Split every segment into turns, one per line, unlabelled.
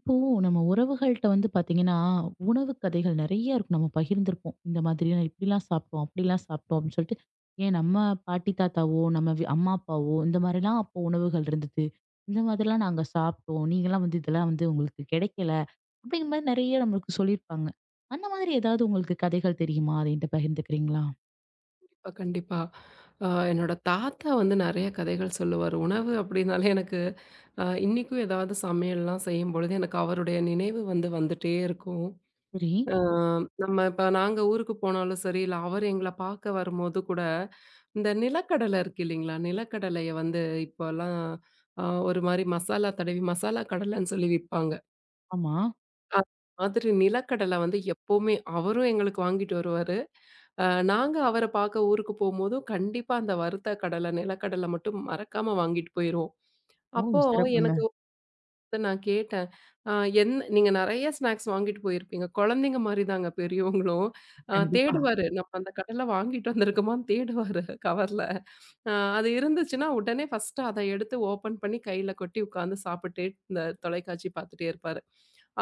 இப்போ நம்ம உறவுகள்கிட்ட வந்து பாத்தீங்கன்னா, உணவு கதைகள் நெறைய இருக்கும். நம்ம பகிர்ந்திருப்போம். இந்த மாதிரி நான் இப்படிலாம் சாப்பிட்டோம், அப்படிலாம் சாப்பிட்டோம் அப்படின்னு சொல்லிட்டு, ஏன் நம்ம பாட்டி தாத்தாவோ, நம்ம வி அம்மா அப்பாவோ இந்த மாதிரிலாம் அப்போ உணவுகள் இருந்தது. இந்த மாதிரிலாம் நாங்க சாப்பிட்டோம். நீங்கலாம் வந்து இதெல்லாம் வந்து உங்களுக்கு கிடைக்கல. அப்படிங்கிற மாதிரி நெறைய நம்மளுக்கு சொல்லியிருப்பாங்க. அந்த மாதிரி ஏதாவது உங்களுக்கு கதைகள் தெரியுமா? அத என்கிட்ட பகிர்ந்துக்கிறீங்களா?
கண்டிப்பா, கண்டிப்பா. என்னோட தாத்தா வந்து நெறைய கதைகள் சொல்லுவாரு. உணவு அப்படின்னாலே எனக்கு இன்னைக்கும் ஏதாவது சமையல்லாம் செய்யும்பொழுது எனக்கு அவருடைய நினைவு வந்துட்டே இருக்கும்.
சரி.
அ நம்ம இப்ப நாங்க ஊருக்கு போனாலும் சரி, இல்ல அவர் எங்கள பார்க்க வரும்போது கூட, இந்த நிலக்கடலை இருக்கு இல்லைங்களா? நிலக்கடலைய வந்து இப்போலாம் அ ஒரு மாரி மசாலா தடவி மசாலா கடலைன்னு சொல்லி விப்பாங்க.
ஆமா.
அது மாதிரி நிலக்கடலை வந்து எப்பவுமே அவரும் எங்களுக்கு வாங்கிட்டு வருவாரு. அ நாங்க அவர பாக்க ஊருக்கு போம்போது, கண்டிப்பா அந்த வறுத்த கடலை, நிலக்கடலை மட்டும் மறக்காம வாங்கிட்டு போயிருவோம்.
ஓ!
அப்போ
சிறப்புங்க.
எனக்கு நான் கேட்டேன். "அ என் நீங்க நெறைய ஸ்நாக்ஸ் வாங்கிட்டு போயிருப்பீங்க. குழந்தைங்க மாரி தாங்க பெரியவங்களும்."
கண்டிப்பா.
தேடுவாரு. நம்ம அந்த கடையில வாங்கிட்டு வந்திருக்கோமான்னு தேடுவாரு கவர்ல. அ அது இருந்துச்சுன்னா, உடனே ஃபர்ஸ்ட்டு அத எடுத்து ஓப்பன் பண்ணி கையில கொட்டி உட்காந்து சாப்பிட்டே இந்த தொலைக்காட்சி பார்த்துட்டே இருப்பாரு.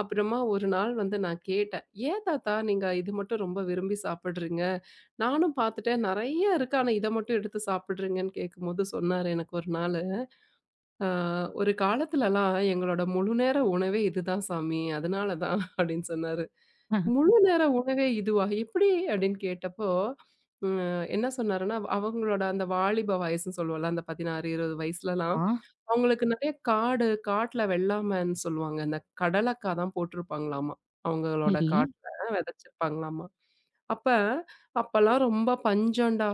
அப்புறமா ஒரு நாள் வந்து நான் கேட்டேன். "ஏன் தாத்தா நீங்க இது மட்டும் ரொம்ப விரும்பி சாப்பிடுறீங்க? நானும் பார்த்துட்டேன் நெறைய இருக்கு. ஆனா இத மட்டும் எடுத்து சாப்பிடுறீங்கன்னு" கேட்கும்போது சொன்னாரு எனக்கு ஒரு நாளு. ஆ, ஒரு காலத்துலலாம் எங்களோட முழு நேர உணவே இதுதான் சாமி. அதனால தான் அப்படின்னு சொன்னாரு. முழு நேர உணவே இதுவா? எப்படி? அப்படின்னு கேட்டப்போ, என்ன சொன்னாருன்னா, அவங்களோட அந்த வாலிப வயசுன்னு சொல்லுவோம்ல, அந்த 16, 20 வயசுலலாம்
ஆமா.
அவங்களுக்கு நெறைய காடு, காட்டுல வெள்ளாமைன்னு சொல்லுவாங்க. இந்த கடலக்கா தான் போட்டிருப்பாங்களாமா. அவங்களோட
சரி.
காட்டுல விதைச்சிருப்பாங்களாமா. அப்ப, அப்பல்லாம் ரொம்ப பஞ்சம்டா.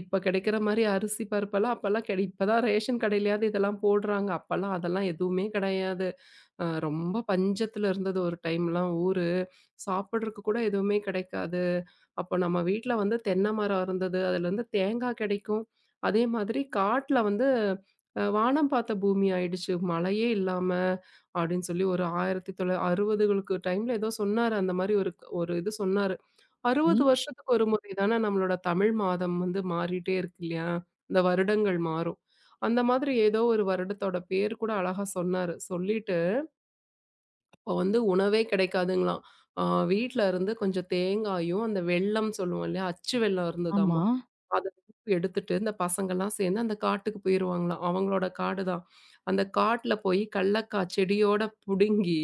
இப்ப கிடைக்கிற மாரி அரிசி, பருப்பெல்லாம் அப்பல்லாம் இப்பதான் ரேஷன் கடையிலயாவது இதெல்லாம் போடுறாங்க. அப்பல்லாம் அதெல்லாம் எதுவுமே கிடையாது. ரொம்ப பஞ்சத்துல இருந்தது ஒரு டைம்லாம் ஊரு. சாப்பிட்றக்கு கூட எதுவுமே கிடைக்காது. அப்போ நம்ம வீட்ல வந்து தென்னை மரம் இருந்தது. அதுலேருந்து தேங்காய் கிடைக்கும். அதே மாதிரி காட்ல வந்து வானம் பார்த்த பூமி ஆயிடுச்சு. மழையே இல்லாம அப்படின்னு சொல்லி ஒரு 1960களுக்கு டைம்ல ஏதோ சொன்னாரு. அந்த மாதிரி ஒரு ஒரு இது சொன்னாரு. 60
ம்.
வருஷத்துக்கு ஒரு முறை தானே நம்மளோட தமிழ் மாதம் வந்து மாறிட்டே இருக்கு இல்லையா? இந்த வருடங்கள் மாறும். அந்த மாதிரி ஏதோ ஒரு வருடத்தோட பேர் கூட அழகா சொன்னாரு. சொல்லிட்டு அப்ப வந்து உணவே கிடைக்காதுங்களாம். ஆ வீட்ல இருந்து கொஞ்சம் தேங்காயும், அந்த வெல்லம் சொல்லுவோம் இல்லையா? அச்சு வெல்லம்
ஆமா.
இருந்ததாம்மா. அத எடுத்துட்டு இந்த பசங்கள்லாம் சேர்ந்து அந்த காட்டுக்கு போயிருவாங்களாம். அவங்களோட காடு தான். அந்த காட்டுல போய் கடலக்கா செடியோட புடுங்கி,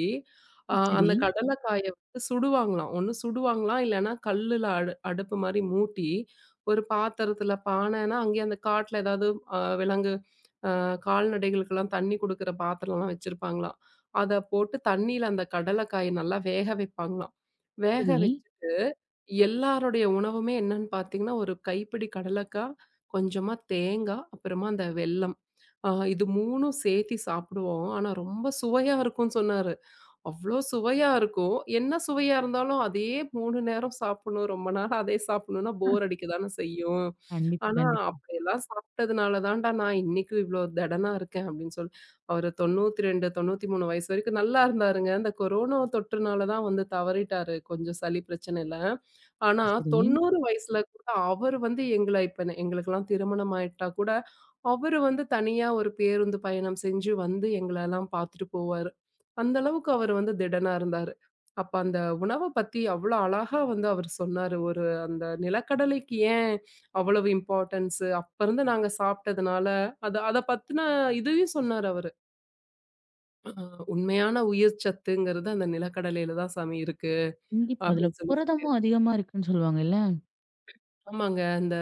சரி.
அந்த கடலக்காய வந்து சுடுவாங்களாம். ஒண்ணு சுடுவாங்களாம், இல்லன்னா கல்லுல அடுப்பு மாரி மூட்டி, ஒரு பாத்திரத்துல பானைன்னா, அங்கேயே அந்த காட்டுல ஏதாவது விலங்கு கால்நடைகளுக்கெல்லாம் தண்ணி குடுக்குற பாத்திரம்லாம் வச்சிருப்பாங்களாம். அத போட்டு தண்ணீல அந்த கடலைக்காய நல்லா வேக வைப்பாங்களாம். வேக ம்ஹ்ம்.
சரி.
வச்சுட்டு எல்லாருடைய உணவுமே என்னன்னு பார்த்தீங்கன்னா, ஒரு கைப்பிடி கடலைக்கா, கொஞ்சமா தேங்காய், அப்புறமா அந்த வெல்லம். இது 3ம் சேர்த்தி சாப்பிடுவோம். ஆனா ரொம்ப சுவையா இருக்கும்னு சொன்னாரு. அவ்ளோ சுவையா இருக்கும். என்ன சுவையா இருந்தாலும் அதே 3 நேரம் சாப்பிடணும். ரொம்ப நாள் அதே சாப்பிடணும்னா போர் அடிக்க தானே செய்யும்.
கண்டிப்பா,
ஆனா,
கண்டிப்பா.
அப்படியெல்லாம் சாப்பிட்டதுனால தான்டா நான் இன்னைக்கும் இவ்ளோ தெடனா இருக்கேன் அப்படின்னு சொல்லி. அவரு 92, 93 வயசு வரைக்கும் நல்லா இருந்தாருங்க. இந்த கொரோனா தொற்றுனால தான் வந்து தவறிட்டாரு. கொஞ்சம் சளி பிரச்சனையில. ஆனா
சரி.
90 வயசுல கூட அவரு வந்து எங்கள இப்ப எங்களுக்கெல்லாம் திருமணம் ஆயிட்டா கூட, அவரு வந்து தனியா ஒரு பேருந்து பயணம் செஞ்சு வந்து எங்களெல்லாம் பார்த்துட்டு போவாரு. அந்த அளவுக்கு அவரு வந்து திடனா இருந்தாரு. அப்ப அந்த உணவ பத்தி அவ்ளோ அழகா வந்து அவரு சொன்னாரு. ஒரு அந்த நிலக்கடலைக்கு ஏன் அவ்வளவு இம்பார்ட்டன்ஸு. அப்ப இருந்து நாங்க சாப்பிட்டதுனால, அத அத பத்தின இதையும் சொன்னாரு அவரு. அ உண்மையான உயிர் சத்துங்கிறது அந்த நிலக்கடலையில தான் சாமி இருக்கு.
கண்டிப்பா. அதுல
அப்படின்னு சொல்லி சொல்லிரு
புரதமும் அதிகமா இருக்குன்னு சொல்லுவாங்கல்ல?
ஆமாங்க. இந்த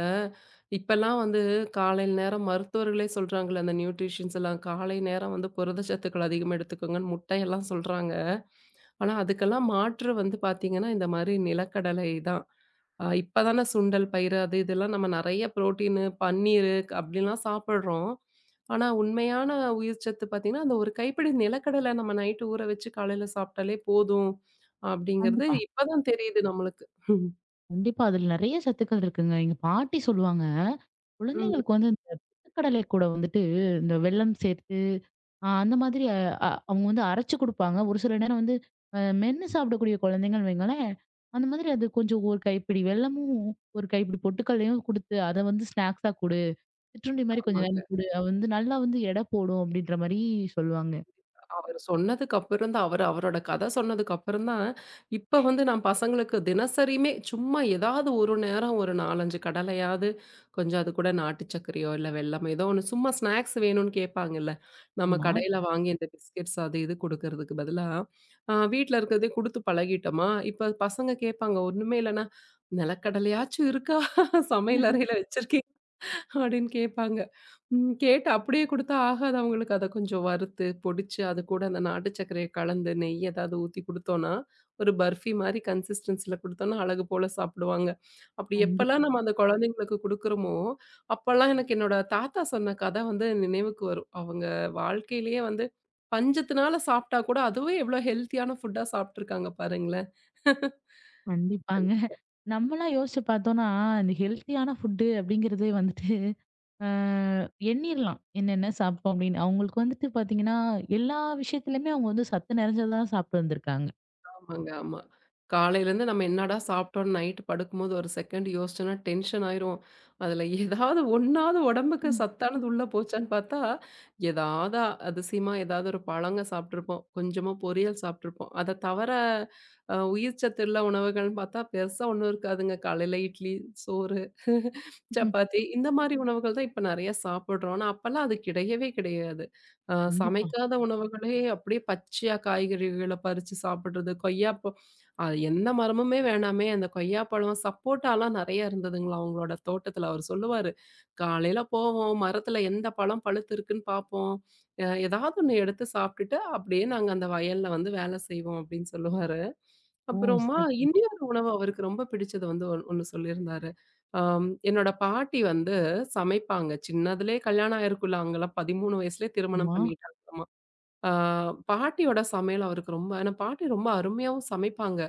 இப்பலாம் வந்து காலையில நேரம் மருத்துவர்களே சொல்றாங்கல்ல, அந்த நியூட்ரிஷியன்ஸ் எல்லாம் காலை நேரம் வந்து புரதச்சத்துக்கள் அதிகமா எடுத்துக்கோங்கன்னு முட்டையெல்லாம் சொல்றாங்க. ஆனா, அதுக்கெல்லாம் மாற்று வந்து பார்த்தீங்கன்னா, இந்த மாரி நிலக்கடலை தான். இப்ப தானே சுண்டல் பயிறு அது இதெல்லாம் நம்ம நெறைய புரோட்டீனு, பன்னீரு அப்படிலாம் சாப்பிடுறோம். ஆனா, உண்மையான உயிர்ச்சத்து பார்த்தீங்கன்னா, அந்த ஒரு கைப்பிடி நிலக்கடலை நம்ம நைட்டு ஊற வச்சு காலையில சாப்பிட்டாலே போதும் அப்படிங்கிறது
கண்டிப்பா.
இப்ப தான் தெரியுது நம்மளுக்கு. ம்.
கண்டிப்பா. அதுல நெறைய சத்துக்கள் இருக்குங்க. எங்க பாட்டி சொல்லுவாங்க,
ம்.
குழந்தைங்களுக்கு வந்து இந்த பொட்டுக்கடலை கூட வந்துட்டு இந்த வெல்லம் சேர்த்து, அந்த மாதிரி அ அ அவங்க வந்து அரைச்சு குடுப்பாங்க. ஒரு சில நேரம் வந்து மென்னு சாப்பிடக்கூடிய குழந்தைங்கன்னு வைங்களேன், அந்த மாதிரி அது கொஞ்சம் ஒரு கைப்பிடி வெல்லமும், ஒரு கைப்பிடி பொட்டுக்கடலையும் குடுத்து, அத வந்து ஸ்நாக்ஸா குடு. சிற்றுண்டி மாரி கொஞ்ச
ஆமாங்க.
நேரம் குடு. அது வந்து நல்லா வந்து எடை போடும் அப்டின்ற மாரி சொல்லுவாங்க.
அவரு சொன்னதுக்கு அப்புறம் தான் அவரு அவரோட கதை சொன்னதுக்கு அப்புறம் தான், இப்ப வந்து நான் பசங்களுக்கு தினசரியுமே சும்மா ஏதாவது ஒரு நேரம் ஒரு 4, 5 கடலையாவது கொஞ்சம் அது கூட நாட்டு சர்க்கரையோ, இல்ல வெல்லமோ ஏதோ ஒண்ணு சும்மா ஸ்நாக்ஸ் வேணும்னு கேட்பாங்கல்ல. நம்ம
ஆமா.
கடையில வாங்கி இந்த பிஸ்கட்ஸ் அது இது குடுக்கறதுக்கு பதிலா, வீட்ல இருக்கிறதே குடுத்து பழகிட்டோமா, இப்ப பசங்க கேட்பாங்க ஒண்ணுமே இல்லன்னா, "நிலக்கடலையாச்சும் இருக்கா? சமையலறையில வச்சிருக்கீங்களா?" அப்படின்னு கேட்பாங்க. கேட்டு அப்படியே குடுத்தா ஆகாது அவங்களுக்கு. அத கொஞ்சம் வறுத்து, பொடிச்சு அது கூட அந்த நாட்டு சர்க்கரைய கலந்து, நெய் ஏதாவது ஊத்தி குடுத்தோம்னா, ஒரு பர்ஃபி மாரி கன்சிஸ்டன்ஸில குடுத்தோம்னா, அழகு போல சாப்பிடுவாங்க. அப்படி
கண்டிப்பா.
எப்பலாம் நம்ம அந்த குழந்தைங்களுக்கு குடுக்குறோமோ, அப்பலாம் எனக்கு என்னோட தாத்தா சொன்ன கதை வந்து நினைவுக்கு வரும். அவங்க வாழ்க்கையிலேயே வந்து பஞ்சத்தினால சாப்பிட்டா கூட, அதுவே எவ்வளோ ஹெல்த்தியான ஃபுட்டா சாப்பிட்டுருக்காங்க பாருங்களேன்.
கண்டிப்பாங்க.
கண்டிப்பா.
நம்மலாம் யோசிச்சு பார்த்தோம்னா, இந்த ஹெல்த்தியான ஃபுட்டு அப்படிங்கிறதே வந்துட்டு அ எண்ணிறலாம். என்னென்ன சாப்பிட்டோம் அப்படின்னு. அவங்களுக்கு வந்துட்டு பார்த்தீங்கன்னா, எல்லா விஷயத்துலயுமே அவங்க வந்து சத்து நிறைஞ்சது தான் சாப்பிட்டு வந்திருக்காங்க.
ஆமாங்க, ஆமா. காலையிலேருந்து நம்ம என்னடா சாப்பிட்டோம்ன்னு நைட்டு படுக்கும்போது ஒரு செகண்ட் யோசிச்சோம்னா டென்ஷன் ஆயிரும். அதில ஏதாவது ஒண்ணாவது உடம்புக்கு
ம்.
சத்தானது உள்ள போச்சான்னு பார்த்தா, ஏதாவது அதிசயமா ஏதாவது ஒரு பழங்க சாப்பிட்டுருப்போம். கொஞ்சமா பொரியல் சாப்பிட்டுருப்போம். அத தவிர உயிர் சத்து உள்ள உணவுகள்னு பார்த்தா பெருசா ஒண்ணும் இருக்காதுங்க. காலையில இட்லி, சோறு,
ம்.
சப்பாத்தி இந்த மாரி உணவுகள் தான் இப்ப நெறைய சாப்பிடுறோம். ஆனா அப்பலாம் அது கிடையவே கிடையாது.
கண்டிப்பா.
சமைக்காத உணவுகளே அப்படியே பச்சையா காய்கறிகள பறிச்சு சாப்பிடுறது, அது எந்த மரமுமே வேணாமே, அந்த கொய்யாப்பழம், சப்போட்டாலாம் நெறைய இருந்ததுங்களா அவங்களோட தோட்டத்துல. அவர் சொல்லுவாரு, "காலையில போவோம், மரத்துல எந்த பழம் பழுத்திருக்குன்னு பார்ப்போம். ஏதாவது ஒண்ணு எடுத்து சாப்பிட்டுட்டு அப்படியே நாங்க அந்த வயல்ல வந்து வேலை செய்வோம்." அப்படின்னு சொல்லுவாரு.
ஓ!
அப்புறமா
சிறப்பு.
இன்னொரு உணவு அவருக்கு ரொம்ப பிடிச்சது வந்து ஒண்ணு சொல்லியிருந்தாரு. என்னோட பாட்டி வந்து சமைப்பாங்க. சின்னதுலே கல்யாணம் ஆயிருக்குல்ல அங்கலாம் 13 வயசுலயே திருமணம்
ஆமா.
பண்ணிட்டாங்களாமா. ஆ பாட்டியோட சமையல் அவருக்கு ரொம்ப ஏன்னா பாட்டி ரொம்ப அருமையாவும் சமைப்பாங்க.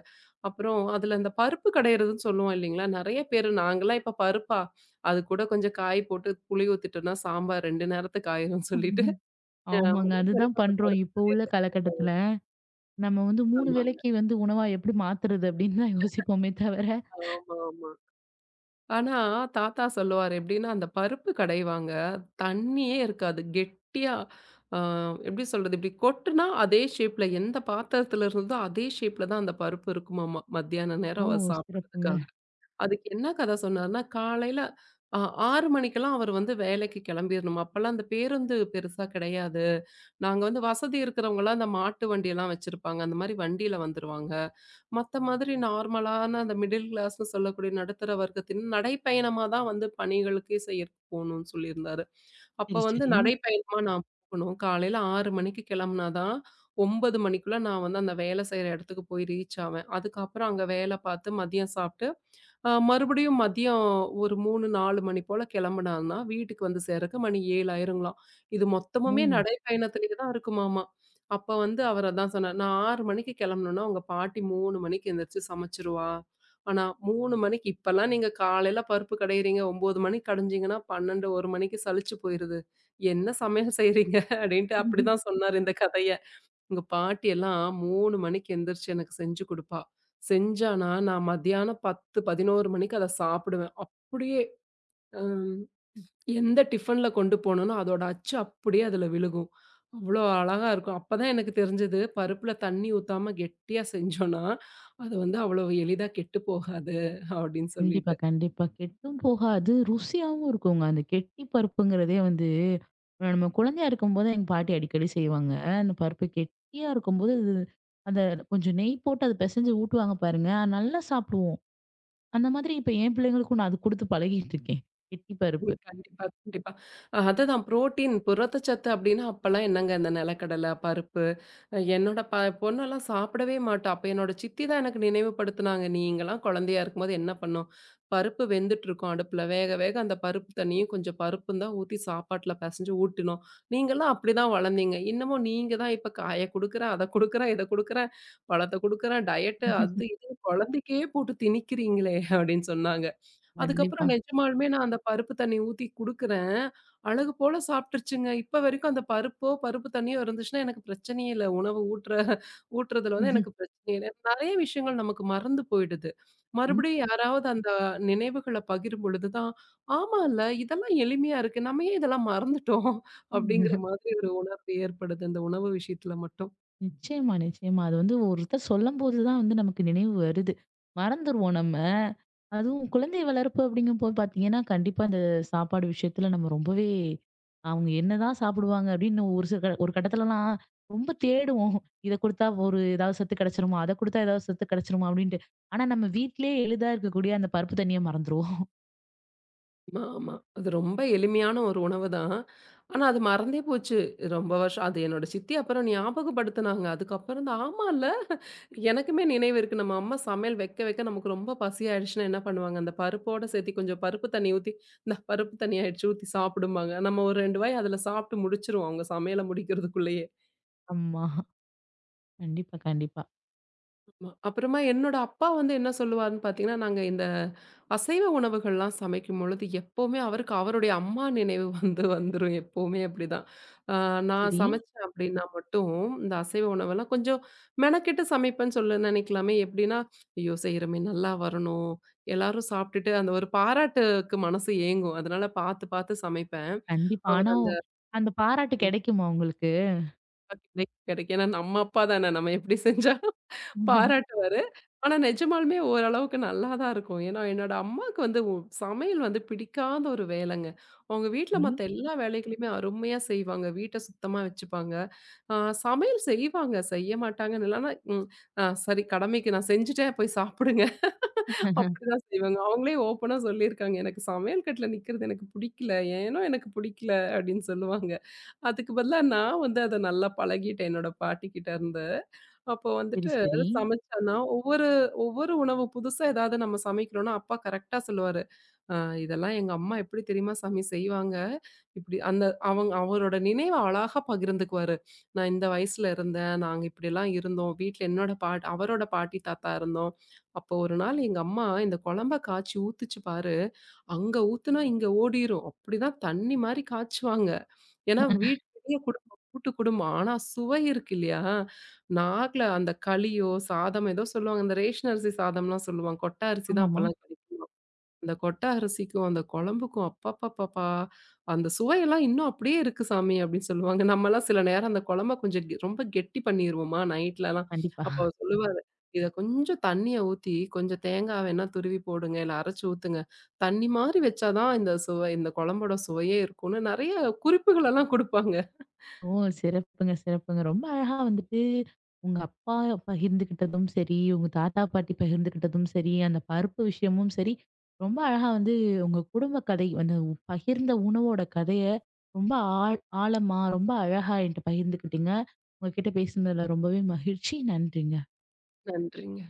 அப்புறம் அதுல இந்த பருப்பு கடையிறதுன்னு சொல்லுவோம் இல்லைங்களா? நெறைய பேரு நாங்கலாம் இப்ப பருப்பா? அது கூட கொஞ்சம் காய் போட்டு புளி ஊத்திட்டோம்னா சாம்பார் 2 நேரத்துக்கு ஆயிரும்னு சொல்லிட்டு,
ம். ஆமாங்க.
முடிஞ்ச
அதுதான்
வரைக்கும் அந்த
பண்றோம்.
பருப்பு
இப்போ உள்ள
கடையிறது.
காலகட்டத்துல. நம்ம வந்து 3
ஆமாங்க.
வேளைக்கு வந்து உணவா எப்படி மாத்துறது அப்படின்னு தான் யோசிப்போமே தவிர.
ஆமா, ஆமா. ஆனா, தாத்தா சொல்லுவாரு. எப்படின்னா, அந்த பருப்பு கடைவாங்க. தண்ணியே இருக்காது. கெட்டியா அ எப்படி சொல்றது? இப்படி கொட்டுனா அதே ஷேப்ல எந்த பாத்திரத்தில இருந்ததோ, அதே ஷேப்ல தான் அந்த பருப்பு இருக்குமாமா. மத்தியான
ஓ!
நேரம் அவர்
சிறப்புங்க.
சாப்பிடுறதுக்காக. அதுக்கு என்ன கதை சொன்னாருன்னா, காலையில அ 6 மணிக்கெல்லாம் அவர் வந்து வேலைக்கு கிளம்பிரணுமா. அப்பலாம் அந்த பேருந்து பெருசா கிடையாது. நாங்க வந்து வசதி இருக்கிறவங்கலாம் அந்த மாட்டு வண்டியெல்லாம் வச்சிருப்பாங்க. அந்த மாரி வண்டியில வந்துருவாங்க. மத்த மாதிரி நார்மலான அந்த மிடில் கிளாஸ்ன்னு சொல்லக்கூடிய நடுத்தர வர்க்கத்தின் நடைப்பயணமா தான் வந்து பணிகளுக்கே செய்யறதுக்கு போகணும்னு சொல்லியிருந்தாரு.
சரி,
அப்ப வந்து
சரி.
நடைப்பயணமா நான் போகணும். காலையில 6 மணிக்கு கிளம்புனா தான் 9 மணிக்குள்ள நான் வந்து அந்த வேலை செய்ற இடத்துக்கு போய் ரீச் ஆவேன். அதுக்கப்புறம் அங்க வேலை பார்த்து மதியம் சாப்பிட்டு மறுபடியும் மதியம் ஒரு 3, 4 மணி போல கிளம்புனான்னா, வீட்டுக்கு வந்து சேரக்கு மணி 7 ஆயிருங்களாம். இது
ஓ!
மொத்தமுமே நடைப்பயணத்திலேயே தான் இருக்குமாமா. அப்ப வந்து அவர் அதான் சொன்னார். "நான் 6 மணிக்கு கிளம்பணும்னா, உங்க பாட்டி 3 மணிக்கு எந்திரிச்சு சமைச்சுருவா. ஆனா 3 மணிக்கு இப்பல்லாம் நீங்க காலையில பருப்பு கடையறீங்க. 9 மணிக்கு கடைஞ்சீங்கன்னா, 12, 1 மணிக்கு சலிச்சு போயிருது. என்ன சமையல் செய்றீங்க?" அப்படின்ட்டு அப்படிதான் சொன்னாரு இந்த கதைய. எங்க பாட்டி எல்லாம் 3 மணிக்கு எந்திரிச்சு எனக்கு செஞ்சு குடுப்பா. செஞ்சானா, நான் மத்தியானம் 10, 11 மணிக்கு அத சாப்பிடுவேன். அப்படியே அம் எந்த டிஃபன்ல கொண்டு போனோனோ, அதோட அச்சு அப்படியே அதுல விழுகும். அவ்வளோ அழகா இருக்கும். அப்பதான் எனக்கு தெரிஞ்சது, பருப்புல தண்ணி ஊத்தாம கெட்டியா செஞ்சோன்னா, அது வந்து அவ்வளவு எளிதா கெட்டு போகாது அப்படின்னு
கண்டிப்பா,
சொல்லிட்டு.
கண்டிப்பா. கெட்டும் போகாது. ருசியாவும் இருக்குங்க. அந்த கெட்டி பருப்புங்கிறதே வந்து நம்ம குழந்தையா இருக்கும்போது எங்க பாட்டி அடிக்கடி செய்வாங்க. அந்த பருப்பு கெட்டியா இருக்கும்போது, அது அந்த கொஞ்சம் நெய் போட்டு அத பெசஞ்சு ஊட்டுவாங்க பாருங்க. நல்லா சாப்பிடுவோம். அந்த மாதிரி இப்ப என் பிள்ளைங்களுக்கும் நான் அது குடுத்து பழகிட்டு இருக்கேன். கெட்டி பருப்பு.
ம். கண்டிப்பா, கண்டிப்பா. அதுதான் புரோட்டீன், புரதச்சத்து அப்டின்னா அப்பலாம் என்னங்க இந்த நிலக்கடலை, பருப்பு என்னோட ப பொண்ணெல்லாம் சாப்பிடவே மாட்டா. அப்ப என்னோட சித்தி தான் எனக்கு நினைவுபடுத்துனாங்க. நீங்கலாம் குழந்தையா இருக்கும்போது என்ன பண்ணோம்? பருப்பு வெந்துட்டுருக்கும் அடுப்புல. வேக வேக அந்த பருப்பு தண்ணியும் கொஞ்சம் பருப்பும் தான் ஊத்தி சாப்பாட்டுல பெசஞ்சு ஊட்டினோம். நீங்கலாம் அப்டிதான் வளர்ந்தீங்க. இன்னமும் நீங்க தான் இப்ப காய குடுக்குறேன், அத குடுக்குறேன், இத குடுக்குறேன், பழத்த குடுக்குறேன், டயட்டு அது இதுன்னு குழந்தைக்கே போட்டு திணிக்கிறீங்களே! அப்டின்னு சொன்னாங்க.
கண்டிப்பா.
அதுக்கப்புறம் நிஜமாலுமே நான் அந்த பருப்பு தண்ணி ஊத்தி குடுக்குறேன். அழகு போல சாப்பிட்டுருச்சுங்க. இப்ப வரைக்கும் அந்த பருப்போ, பருப்பு தண்ணியோ இருந்துச்சுன்னா எனக்கு பிரச்சனையே இல்ல. உணவு ஊட்டுற ஊட்டுறதுல வந்து எனக்கு பிரச்சனையே இல்ல. நெறைய விஷயங்கள் நமக்கு மறந்து போயிடுது. மறுபடியும் யாராவது அந்த நினைவுகள பகிரும் பொழுது தான், ஆமால்ல இதெல்லாம் எளிமையா இருக்கு. நம்ம ஏன் இதெல்லாம் மறந்துட்டோம்? அப்படிங்கிற மாதிரி ஒரு உணர்வு ஏற்படுது இந்த உணவு விஷயத்துல மட்டும்.
நிச்சயமா, நிச்சயமா. அது வந்து ஒருத்தர் சொல்லும்போது தான் வந்து நமக்கு நினைவு வருது. மறந்துருவோம் நம்ம. அதுவும் குழந்தை வளர்ப்பு அப்படிங்கும்போது பார்த்தீங்கன்னா, கண்டிப்பா இந்த சாப்பாடு விஷயத்துல நம்ம ரொம்பவே அவங்க என்னதான் சாப்பிடுவாங்க அப்படின்னு ஒரு சில க ஒரு கட்டத்துலலாம் ரொம்ப தேடுவோம். இத குடுத்தா ஒரு ஏதாவது சத்து கிடைச்சிருமா? அத குடுத்தா ஏதாவது சத்து கிடைச்சிருமா? அப்படின்ட்டு. ஆனா நம்ம வீட்லயே எளிதா இருக்கக்கூடிய அந்த பருப்பு தண்ணிய மறந்துருவோம்.
ஆமா, ஆமா. அது ரொம்ப எளிமையான ஒரு உணவு தான். ஆனா அது மறந்தே போச்சு. ரொம்ப வருஷம் அது என்னோட சித்தி அப்புறம் ஞாபகப்படுத்துனாங்க. அதுக்கப்புறம் தான் ஆமால்ல, எனக்குமே நினைவு இருக்கு. நம்ம அம்மா சமையல் வைக்க வைக்க நமக்கு ரொம்ப பசியாயிடுச்சுன்னா என்ன பண்ணுவாங்க, அந்த பருப்போட சேர்த்து கொஞ்சம் பருப்பு தண்ணி ஊத்தி, "இந்தா பருப்பு தண்ணி ஆயிடுச்சு ஊத்தி சாப்பிடும்பாங்க." நம்ம ஒரு 2 வாய் அதில சாப்பிட்டு முடிச்சுருவோம், அவங்க சமையல முடிக்கிறதுக்குள்ளயே.
ஆமா. கண்டிப்பா, கண்டிப்பா.
ஆமா. அப்புறமா என்னோட அப்பா வந்து என்ன சொல்லுவாருன்னு பார்த்தீங்கன்னா, நாங்க இந்த அசைவ உணவுகள்லாம் சமைக்கும் பொழுது எப்பவுமே அவருக்கு அவருடைய அம்மா நினைவு வந்துரும். எப்பவுமே அப்படிதான். ஆ நான்
சரி.
சமைச்சேன் அப்படின்னா மட்டும், இந்த அசைவ உணவெல்லாம் கொஞ்சம் மெனக்கெட்டு சமைப்பேன்னு சொல்ல நினைக்கலாமே! எப்படின்னா, "ஐயோ! செய்றோமே நல்லா வரணும்." எல்லாரும் சாப்பிட்டுட்டு அந்த ஒரு பாராட்டுக்கு மனசு ஏங்கும். அதனால பார்த்து பார்த்து சமைப்பேன்.
கண்டிப்பா.
அவர்
ஆனா
அந்த
அந்த பாராட்டு கிடைக்குமா உங்களுக்கு?
கிடைக்க, ஏன்னா நம்ம அப்பா தானே! நம்ம எப்படி செஞ்சா பாராட்டுவாரு. ஆனா நிஜமாலுமே ஓரளவுக்கு நல்லா தான் இருக்கும். ஏன்னா, என்னோட அம்மாக்கு வந்து சமையல் வந்து பிடிக்காத ஒரு வேலைங்க. அவங்க வீட்ல
சரி,
மத்த எல்லா வேலைகளையுமே அருமையா செய்வாங்க. வீட்ட சுத்தமா வச்சுப்பாங்க. ஆ சமையல் செய்வாங்க, செய்ய மாட்டாங்கன்னு இல்ல. ஆனா, சரி கடமைக்கு நான் செஞ்சுட்டேன், போய் சாப்பிடுங்க. அப்படிதான் செய்வாங்க. அவங்களே ஓப்பனா சொல்லியிருக்காங்க. எனக்கு சமையல் கட்டுல நிக்கிறது எனக்கு பிடிக்கல. ஏனோ எனக்கு பிடிக்கல அப்படின்னு சொல்லுவாங்க. அதுக்கு பதிலா நான் வந்து அத நல்லா பழகிட்டேன் என்னோட பாட்டி கிட்ட இருந்து. அப்போ
சரி,
வந்துட்டு
சரி.
சமைச்சேன்னா, ஒவ்வொரு ஒவ்வொரு உணவு புதுசா ஏதாவது நம்ம சமைக்கிறோம்னா, அப்பா கரெக்ட்டா சொல்லுவாரு. "அ இதெல்லாம் எங்க அம்மா எப்படி தெரியுமா சாமி செய்வாங்க? இப்படி" அந்த அவங்க அவரோட நினைவ அழகா பகிர்ந்துக்குவாரு. "நான் இந்த வயசுல இருந்தேன். நாங்க இப்படிலாம் இருந்தோம். வீட்ல என்னோட அவரோட பாட்டி, தாத்தா இருந்தோம். அப்போ ஒரு நாள் எங்க அம்மா இந்த குழம்ப காய்ச்சி ஊத்துச்சு பாரு. அங்க ஊத்துனா இங்க ஓடிரும். அப்படிதான் தண்ணி மாரி காய்ச்சுவாங்க. ஏன்னா வீடு பெரிய குடும்பம், கூட்டு குடும்பம். ஆனா சுவை இருக்கு இல்லையா? நாக்குல அந்த களியோ, சாதம் ஏதோ சொல்லுவாங்க. அந்த ரேஷன் அரிசி சாதம்லாம் சொல்லுவாங்க. கொட்ட அரிசி தான்
ஆமாமா.
அப்பலாம் கிடைக்கும். அந்த கொட்ட அரிசிக்கும், அந்த குழம்புக்கும் அப்பப்பப்பா! அந்த சுவையெல்லாம் இன்னும் அப்படியே இருக்கு சாமி அப்படின்னு சொல்லுவாங்க. நம்மலாம் சில நேரம் அந்த குழம்ப கொஞ்சம் ரொம்ப கெட்டி பண்ணிருவோமா நைட்லலாம்.
கண்டிப்பா.
அப்ப அவரு சொல்லுவாரு, "இத கொஞ்சம் தண்ணிய ஊத்தி, கொஞ்சம் தேங்காய் வேணா துருவி போடுங்க, இல்ல அரைச்சு ஊத்துங்க. தண்ணி மாரி வச்சா தான் இந்த சுவை இந்த குழம்போட சுவையே இருக்கும்னு" நெறைய குறிப்புகளெல்லாம் குடுப்பாங்க.
ஓ! சிறப்புங்க, சிறப்புங்க. ரொம்ப அழகா வந்துட்டு உங்க அப்பா பகிர்ந்துக்கிட்டதும் சரி, உங்க தாத்தா, பாட்டி பகிர்ந்துக்கிட்டதும் சரி, அந்த பருப்பு விஷயமும் சரி, ரொம்ப அழகா வந்து உங்க குடும்ப கதை, பகிர்ந்த உணவோட கதைய ரொம்ப ஆழமா, ரொம்ப அழகா என்ட்ட பகிர்ந்துக்கிட்டீங்க. உங்க கிட்ட பேசுனதுல ரொம்பவே மகிழ்ச்சி. நன்றிங்க.
நன்றிங்க.